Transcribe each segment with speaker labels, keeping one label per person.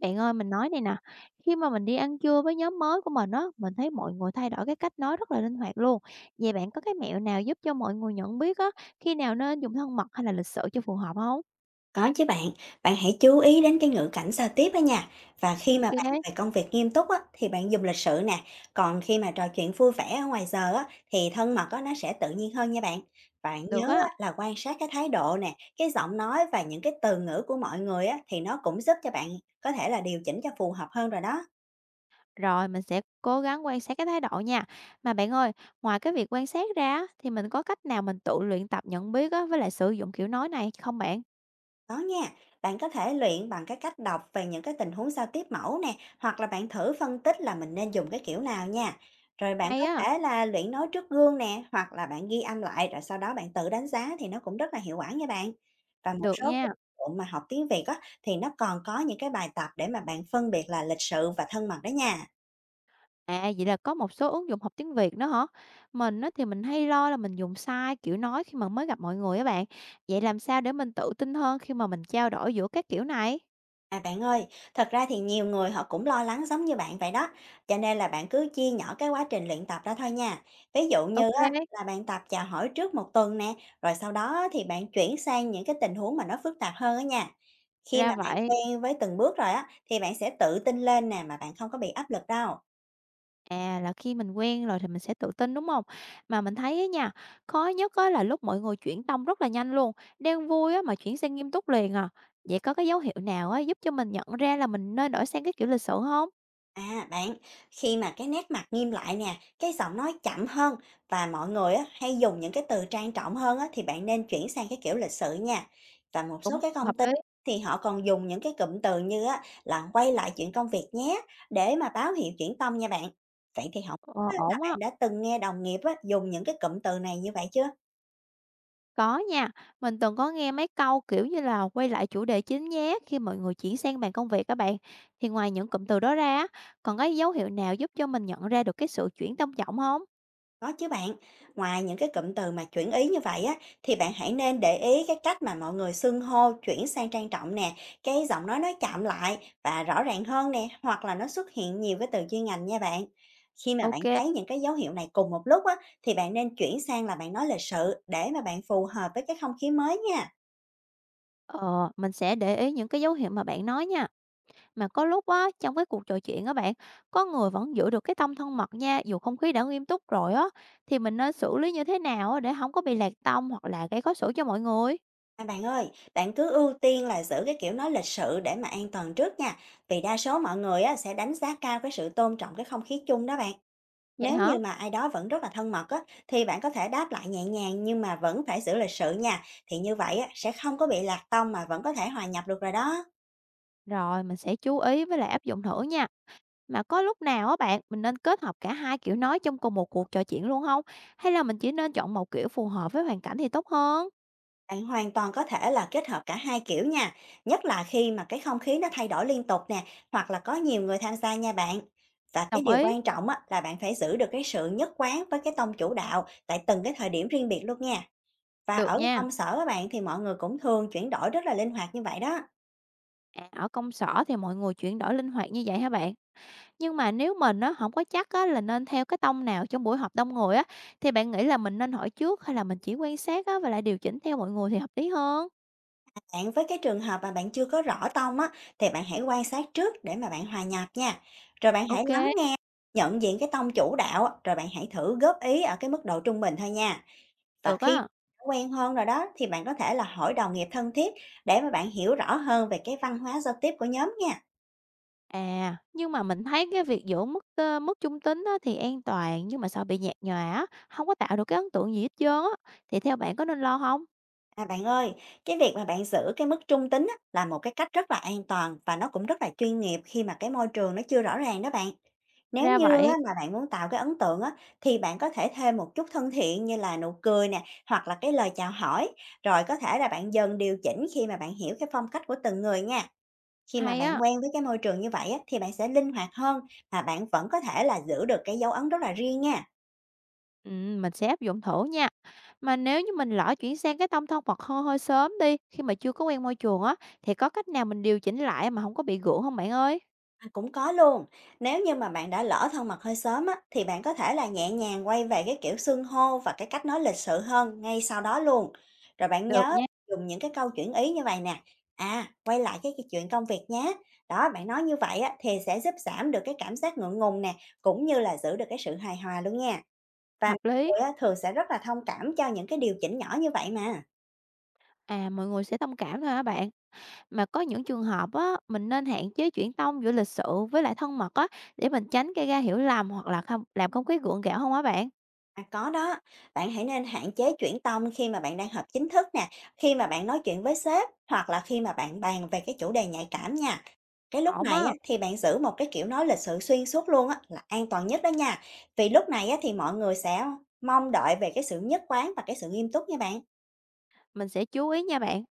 Speaker 1: Bạn ơi, mình nói này nè, khi mà mình đi ăn trưa với nhóm mới của mình á, mình thấy mọi người thay đổi cái cách nói rất là linh hoạt luôn. Vậy bạn có cái mẹo nào giúp cho mọi người nhận biết á, khi nào nên dùng thân mật hay là lịch sự cho phù hợp không?
Speaker 2: Có chứ bạn, bạn hãy chú ý đến cái ngữ cảnh giao tiếp đó nha. Và khi mà bạn
Speaker 1: Ok,
Speaker 2: về công việc nghiêm túc á, thì bạn dùng lịch sự nè. Còn khi mà trò chuyện vui vẻ ở ngoài giờ á, thì thân mật á, nó sẽ tự nhiên hơn nha bạn. Bạn
Speaker 1: được
Speaker 2: nhớ
Speaker 1: á.
Speaker 2: á, là quan sát cái thái độ nè, cái giọng nói và những cái từ ngữ của mọi người á, thì nó cũng giúp cho bạn có thể là điều chỉnh cho phù hợp hơn rồi đó.
Speaker 1: Rồi mình sẽ cố gắng quan sát cái thái độ nha. Mà bạn ơi, ngoài cái việc quan sát ra á, thì mình có cách nào mình tự luyện tập nhận biết á, với lại sử dụng kiểu nói này không bạn?
Speaker 2: Có nha, bạn có thể luyện bằng cái cách đọc về những cái tình huống giao tiếp mẫu nè, hoặc là bạn thử phân tích là mình nên dùng cái kiểu nào nha. Rồi bạn
Speaker 1: Hay
Speaker 2: có
Speaker 1: á,
Speaker 2: thể là luyện nói trước gương nè, hoặc là bạn ghi âm lại rồi sau đó bạn tự đánh giá thì nó cũng rất là hiệu quả nha bạn. Và một
Speaker 1: được
Speaker 2: số cái
Speaker 1: nha.
Speaker 2: ứng dụng mà học tiếng Việt á thì nó còn có những cái bài tập để mà bạn phân biệt là lịch sự và thân mật đó nha.
Speaker 1: À, vậy là có một số ứng dụng học tiếng Việt nữa hả? Mình á, thì mình hay lo là mình dùng sai kiểu nói khi mà mới gặp mọi người á bạn. Vậy làm sao để mình tự tin hơn khi mà mình trao đổi giữa các kiểu này?
Speaker 2: À bạn ơi, thật ra thì nhiều người họ cũng lo lắng giống như bạn vậy đó, cho nên là bạn cứ chia nhỏ cái quá trình luyện tập ra thôi nha. Ví dụ
Speaker 1: Ok,
Speaker 2: như á, là bạn tập chào hỏi trước một tuần nè, rồi sau đó thì bạn chuyển sang những cái tình huống mà nó phức tạp hơn á nha. Khi
Speaker 1: ra
Speaker 2: mà bạn
Speaker 1: vậy.
Speaker 2: quen với từng bước rồi á, thì bạn sẽ tự tin lên nè mà bạn không có bị áp lực đâu.
Speaker 1: À là khi mình quen rồi thì mình sẽ tự tin đúng không? Mà mình thấy á nha, khó nhất á là lúc mọi người chuyển tông rất là nhanh luôn, đang vui á mà chuyển sang nghiêm túc liền à. Vậy có cái dấu hiệu nào á giúp cho mình nhận ra là mình nên đổi sang cái kiểu lịch sự không?
Speaker 2: À bạn, khi mà cái nét mặt nghiêm lại nè, cái giọng nói chậm hơn và mọi người á, hay dùng những cái từ trang trọng hơn á, thì bạn nên chuyển sang cái kiểu lịch sự nha. Và một số
Speaker 1: Cũng
Speaker 2: cái công
Speaker 1: hợp
Speaker 2: ty
Speaker 1: lý.
Speaker 2: thì họ còn dùng những cái cụm từ như á, là quay lại chuyện công việc nhé để mà báo hiệu chuyển tâm nha bạn. Vậy thì không
Speaker 1: Ờ,
Speaker 2: biết là
Speaker 1: ổn
Speaker 2: bạn
Speaker 1: á.
Speaker 2: đã từng nghe đồng nghiệp á, dùng những cái cụm từ này như vậy chưa?
Speaker 1: Có nha, mình từng có nghe mấy câu, kiểu như là, "Quay lại chủ đề chính nhé" khi mọi người chuyển sang bàn công việc các bạn. Thì ngoài những cụm từ đó ra á, còn có dấu hiệu nào giúp cho mình nhận ra được cái sự chuyển tâm trọng không?
Speaker 2: Có chứ bạn, ngoài những cái cụm từ mà chuyển ý như vậy á, thì bạn hãy nên để ý cái cách mà mọi người xưng hô chuyển sang trang trọng nè, cái giọng nói nó chậm lại và rõ ràng hơn nè, hoặc là nó xuất hiện nhiều cái từ chuyên ngành nha bạn. Khi mà bạn
Speaker 1: Ok.
Speaker 2: thấy những cái dấu hiệu này cùng một lúc á, thì bạn nên chuyển sang là bạn nói lịch sự để mà bạn phù hợp với cái không khí mới nha.
Speaker 1: Ờ, mình sẽ để ý những cái dấu hiệu mà bạn nói nha. Mà có lúc á, trong cái cuộc trò chuyện á bạn, có người vẫn giữ được cái tông thân mật nha, dù không khí đã nghiêm túc rồi á, thì mình nên xử lý như thế nào á để không có bị lạc tông hoặc là gây khó xử cho mọi người?
Speaker 2: À, bạn ơi, bạn cứ ưu tiên là giữ cái kiểu nói lịch sự để mà an toàn trước nha, vì đa số mọi người á, sẽ đánh giá cao cái sự tôn trọng cái không khí chung đó bạn.
Speaker 1: Vậy
Speaker 2: Nếu
Speaker 1: hả?
Speaker 2: như mà ai đó vẫn rất là thân mật á, thì bạn có thể đáp lại nhẹ nhàng nhưng mà vẫn phải giữ lịch sự nha. Thì như vậy á, sẽ không có bị lạc tông mà vẫn có thể hòa nhập được rồi đó.
Speaker 1: Rồi, mình sẽ chú ý với lại áp dụng thử nha. Mà có lúc nào á bạn, mình nên kết hợp cả hai kiểu nói trong cùng một cuộc trò chuyện luôn không? Hay là mình chỉ nên chọn một kiểu phù hợp với hoàn cảnh thì tốt hơn?
Speaker 2: Bạn hoàn toàn có thể là kết hợp cả hai kiểu nha. Nhất là khi mà cái không khí nó thay đổi liên tục nè, hoặc là có nhiều người tham gia nha bạn. Và cái
Speaker 1: Đồng
Speaker 2: điều
Speaker 1: ý.
Speaker 2: quan trọng á, là bạn phải giữ được cái sự nhất quán với cái tông chủ đạo tại từng cái thời điểm riêng biệt luôn nha. Và
Speaker 1: Được
Speaker 2: ở cái
Speaker 1: nha.
Speaker 2: công sở các bạn thì mọi người cũng thường chuyển đổi rất là linh hoạt như vậy đó.
Speaker 1: À, ở công sở thì mọi người chuyển đổi linh hoạt như vậy hả bạn? Nhưng mà nếu mình nó không có chắc á, là nên theo cái tông nào trong buổi họp đông người á, thì bạn nghĩ là mình nên hỏi trước hay là mình chỉ quan sát á, và lại điều chỉnh theo mọi người thì hợp lý hơn?
Speaker 2: Bạn với cái trường hợp mà bạn chưa có rõ tông á, thì bạn hãy quan sát trước để mà bạn hòa nhập nha. Rồi bạn hãy
Speaker 1: Ok,
Speaker 2: lắng nghe, nhận diện cái tông chủ đạo, á, rồi bạn hãy thử góp ý ở cái mức độ trung bình thôi nha. Và
Speaker 1: được
Speaker 2: khi
Speaker 1: á.
Speaker 2: đã quen hơn rồi đó thì bạn có thể là hỏi đồng nghiệp thân thiết để mà bạn hiểu rõ hơn về cái văn hóa giao tiếp của nhóm nha.
Speaker 1: À, nhưng mà mình thấy cái việc giữ mức, mức trung tính á thì an toàn, nhưng mà sợ bị nhạt nhòa á, hông có tạo được cái ấn tượng gì hết trơn á, thì theo bạn có nên lo không?
Speaker 2: À bạn ơi, cái việc mà bạn giữ cái mức trung tính á, là một cái cách rất là an toàn và nó cũng rất là chuyên nghiệp khi mà cái môi trường nó chưa rõ ràng đó bạn. Nếu
Speaker 1: Ra
Speaker 2: như á
Speaker 1: vậy,
Speaker 2: mà bạn muốn tạo cái ấn tượng á, thì bạn có thể thêm một chút thân thiện như là nụ cười nè, hoặc là cái lời chào hỏi, rồi có thể là bạn dần điều chỉnh khi mà bạn hiểu cái phong cách của từng người nha. Khi mà
Speaker 1: hay
Speaker 2: bạn
Speaker 1: á,
Speaker 2: quen với cái môi trường như vậy á, thì bạn sẽ linh hoạt hơn mà bạn vẫn có thể là giữ được cái dấu ấn rất là riêng nha.
Speaker 1: mình sẽ áp dụng thử nha. Mà nếu như mình lỡ chuyển sang cái tông thân Phật hơn hơi sớm đi, khi mà chưa có quen môi trường á, thì có cách nào mình điều chỉnh lại mà không có bị gượng không bạn ơi?
Speaker 2: À, cũng có luôn. Nếu như mà bạn đã lỡ thân mật hơi sớm á, thì bạn có thể là nhẹ nhàng quay về cái kiểu xưng hô và cái cách nói lịch sự hơn ngay sau đó luôn. Rồi bạn
Speaker 1: Được
Speaker 2: nhớ
Speaker 1: nha,
Speaker 2: dùng những cái câu chuyển ý như vậy nè. À, quay lại cái chuyện công việc nhé. Đó, bạn nói như vậy á, thì sẽ giúp giảm được cái cảm giác ngượng ngùng nè, cũng như là giữ được cái sự hài hòa luôn nha. Và
Speaker 1: hợp
Speaker 2: mọi
Speaker 1: lý.
Speaker 2: người á, thường sẽ rất là thông cảm cho những cái điều chỉnh nhỏ như vậy mà.
Speaker 1: À, mọi người sẽ thông cảm thôi hả bạn? Mà có những trường hợp á, mình nên hạn chế chuyển tông giữa lịch sự với lại thân mật á, để mình tránh gây ra hiểu lầm hoặc là không làm không khí gượng gạo không á bạn?
Speaker 2: À, có đó, bạn hãy nên hạn chế chuyển tông khi mà bạn đang họp chính thức nè, khi mà bạn nói chuyện với sếp hoặc là khi mà bạn bàn về cái chủ đề nhạy cảm nha. Cái lúc
Speaker 1: Ổn
Speaker 2: này
Speaker 1: á,
Speaker 2: á, thì bạn giữ một cái kiểu nói lịch sự xuyên suốt luôn á, là an toàn nhất đó nha. Vì lúc này á, thì mọi người sẽ mong đợi về cái sự nhất quán và cái sự nghiêm túc nha bạn.
Speaker 1: mình sẽ chú ý nha bạn.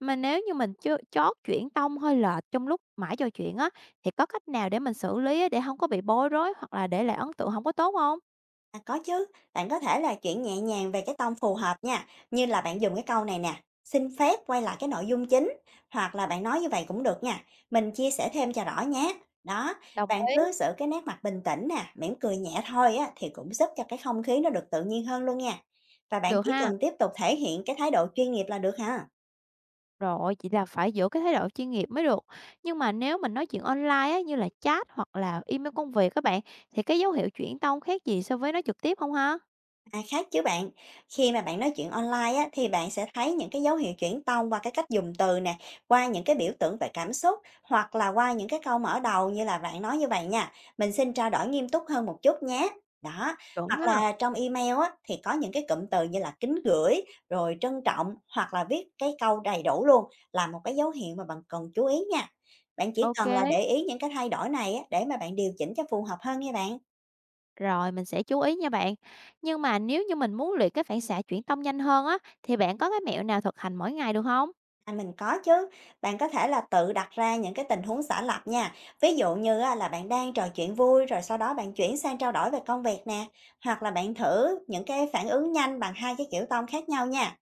Speaker 1: Mà nếu như mình chớ chót chuyển tông hơi lệch trong lúc mãi trò chuyện á, thì có cách nào để mình xử lý á, để không có bị bối rối hoặc là để lại ấn tượng không có tốt không?
Speaker 2: À, có chứ, bạn có thể là chuyển nhẹ nhàng về cái tông phù hợp nha, như là bạn dùng cái câu này nè, xin phép quay lại cái nội dung chính, hoặc là bạn nói như vậy cũng được nha, mình chia sẻ thêm cho rõ nhé. Đó,
Speaker 1: Đồng
Speaker 2: bạn
Speaker 1: ý,
Speaker 2: cứ giữ cái nét mặt bình tĩnh nè, mỉm cười nhẹ thôi á, thì cũng giúp cho cái không khí nó được tự nhiên hơn luôn nha. Và bạn
Speaker 1: được
Speaker 2: chỉ
Speaker 1: ha.
Speaker 2: cần tiếp tục thể hiện cái thái độ chuyên nghiệp là được ha.
Speaker 1: Rồi, chỉ là phải giữ cái thái độ chuyên nghiệp mới được. Nhưng mà nếu mình nói chuyện online á, như là chat hoặc là email công việc các bạn, thì cái dấu hiệu chuyển tông khác gì so với nói trực tiếp không ha?
Speaker 2: À, khác chứ bạn. Khi mà bạn nói chuyện online á, thì bạn sẽ thấy những cái dấu hiệu chuyển tông qua cái cách dùng từ nè, qua những cái biểu tượng về cảm xúc hoặc là qua những cái câu mở đầu như là bạn nói như vậy nha. Mình xin trao đổi nghiêm túc hơn một chút nhé. Đó,
Speaker 1: Chuẩn
Speaker 2: hoặc
Speaker 1: á,
Speaker 2: là trong email á, thì có những cái cụm từ như là kính gửi, rồi trân trọng hoặc là viết cái câu đầy đủ luôn là một cái dấu hiệu mà bạn cần chú ý nha. Bạn chỉ
Speaker 1: ok,
Speaker 2: cần là để ý những cái thay đổi này á, để mà bạn điều chỉnh cho phù hợp hơn nha bạn.
Speaker 1: rồi mình sẽ chú ý nha bạn. Nhưng mà nếu như mình muốn luyện cái phản xạ chuyển tâm nhanh hơn á, thì bạn có cái mẹo nào thực hành mỗi ngày được không?
Speaker 2: À, mình có chứ. Bạn có thể là tự đặt ra những cái tình huống giả lập nha. Ví dụ như á, là bạn đang trò chuyện vui rồi sau đó bạn chuyển sang trao đổi về công việc nè, hoặc là bạn thử những cái phản ứng nhanh bằng hai cái kiểu tông khác nhau nha.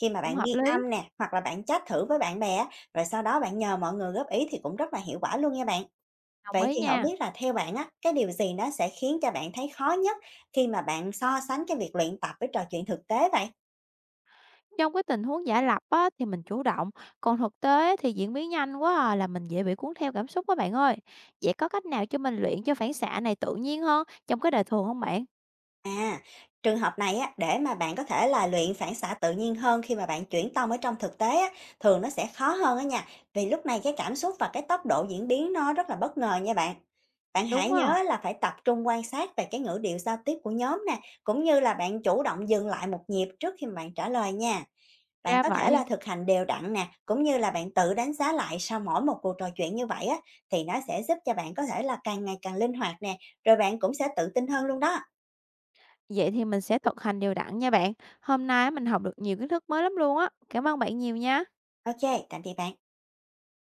Speaker 2: Khi mà
Speaker 1: Cũng
Speaker 2: bạn
Speaker 1: hợp
Speaker 2: ghi
Speaker 1: lý,
Speaker 2: âm nè, hoặc là bạn chat thử với bạn bè rồi sau đó bạn nhờ mọi người góp ý thì cũng rất là hiệu quả luôn nha bạn.
Speaker 1: đồng
Speaker 2: Vậy
Speaker 1: ý
Speaker 2: thì không
Speaker 1: nha.
Speaker 2: biết là theo bạn á, cái điều gì nó sẽ khiến cho bạn thấy khó nhất khi mà bạn so sánh cái việc luyện tập với trò chuyện thực tế vậy?
Speaker 1: Trong cái tình huống giả lập á, thì mình chủ động, còn thực tế thì diễn biến nhanh quá à, là mình dễ bị cuốn theo cảm xúc á bạn ơi. Vậy có cách nào cho mình luyện cho phản xạ này tự nhiên hơn trong cái đời thường không bạn?
Speaker 2: À, trường hợp này á, để mà bạn có thể là luyện phản xạ tự nhiên hơn khi mà bạn chuyển tông ở trong thực tế á, thường nó sẽ khó hơn á nha. Vì lúc này cái cảm xúc và cái tốc độ diễn biến nó rất là bất ngờ nha bạn. Bạn hãy
Speaker 1: Đúng á,
Speaker 2: nhớ là phải tập trung quan sát về cái ngữ điệu giao tiếp của nhóm nè, cũng như là bạn chủ động dừng lại một nhịp trước khi mà bạn trả lời nha. Bạn
Speaker 1: ra
Speaker 2: có thể là
Speaker 1: vậy.
Speaker 2: thực hành đều đặn nè, cũng như là bạn tự đánh giá lại sau mỗi một cuộc trò chuyện như vậy á, thì nó sẽ giúp cho bạn có thể là càng ngày càng linh hoạt nè, rồi bạn cũng sẽ tự tin hơn luôn đó.
Speaker 1: Vậy thì mình sẽ thực hành đều đặn nha bạn. Hôm nay á, mình học được nhiều kiến thức mới lắm luôn á. Cảm ơn bạn nhiều nha.
Speaker 2: OK, tạm biệt bạn.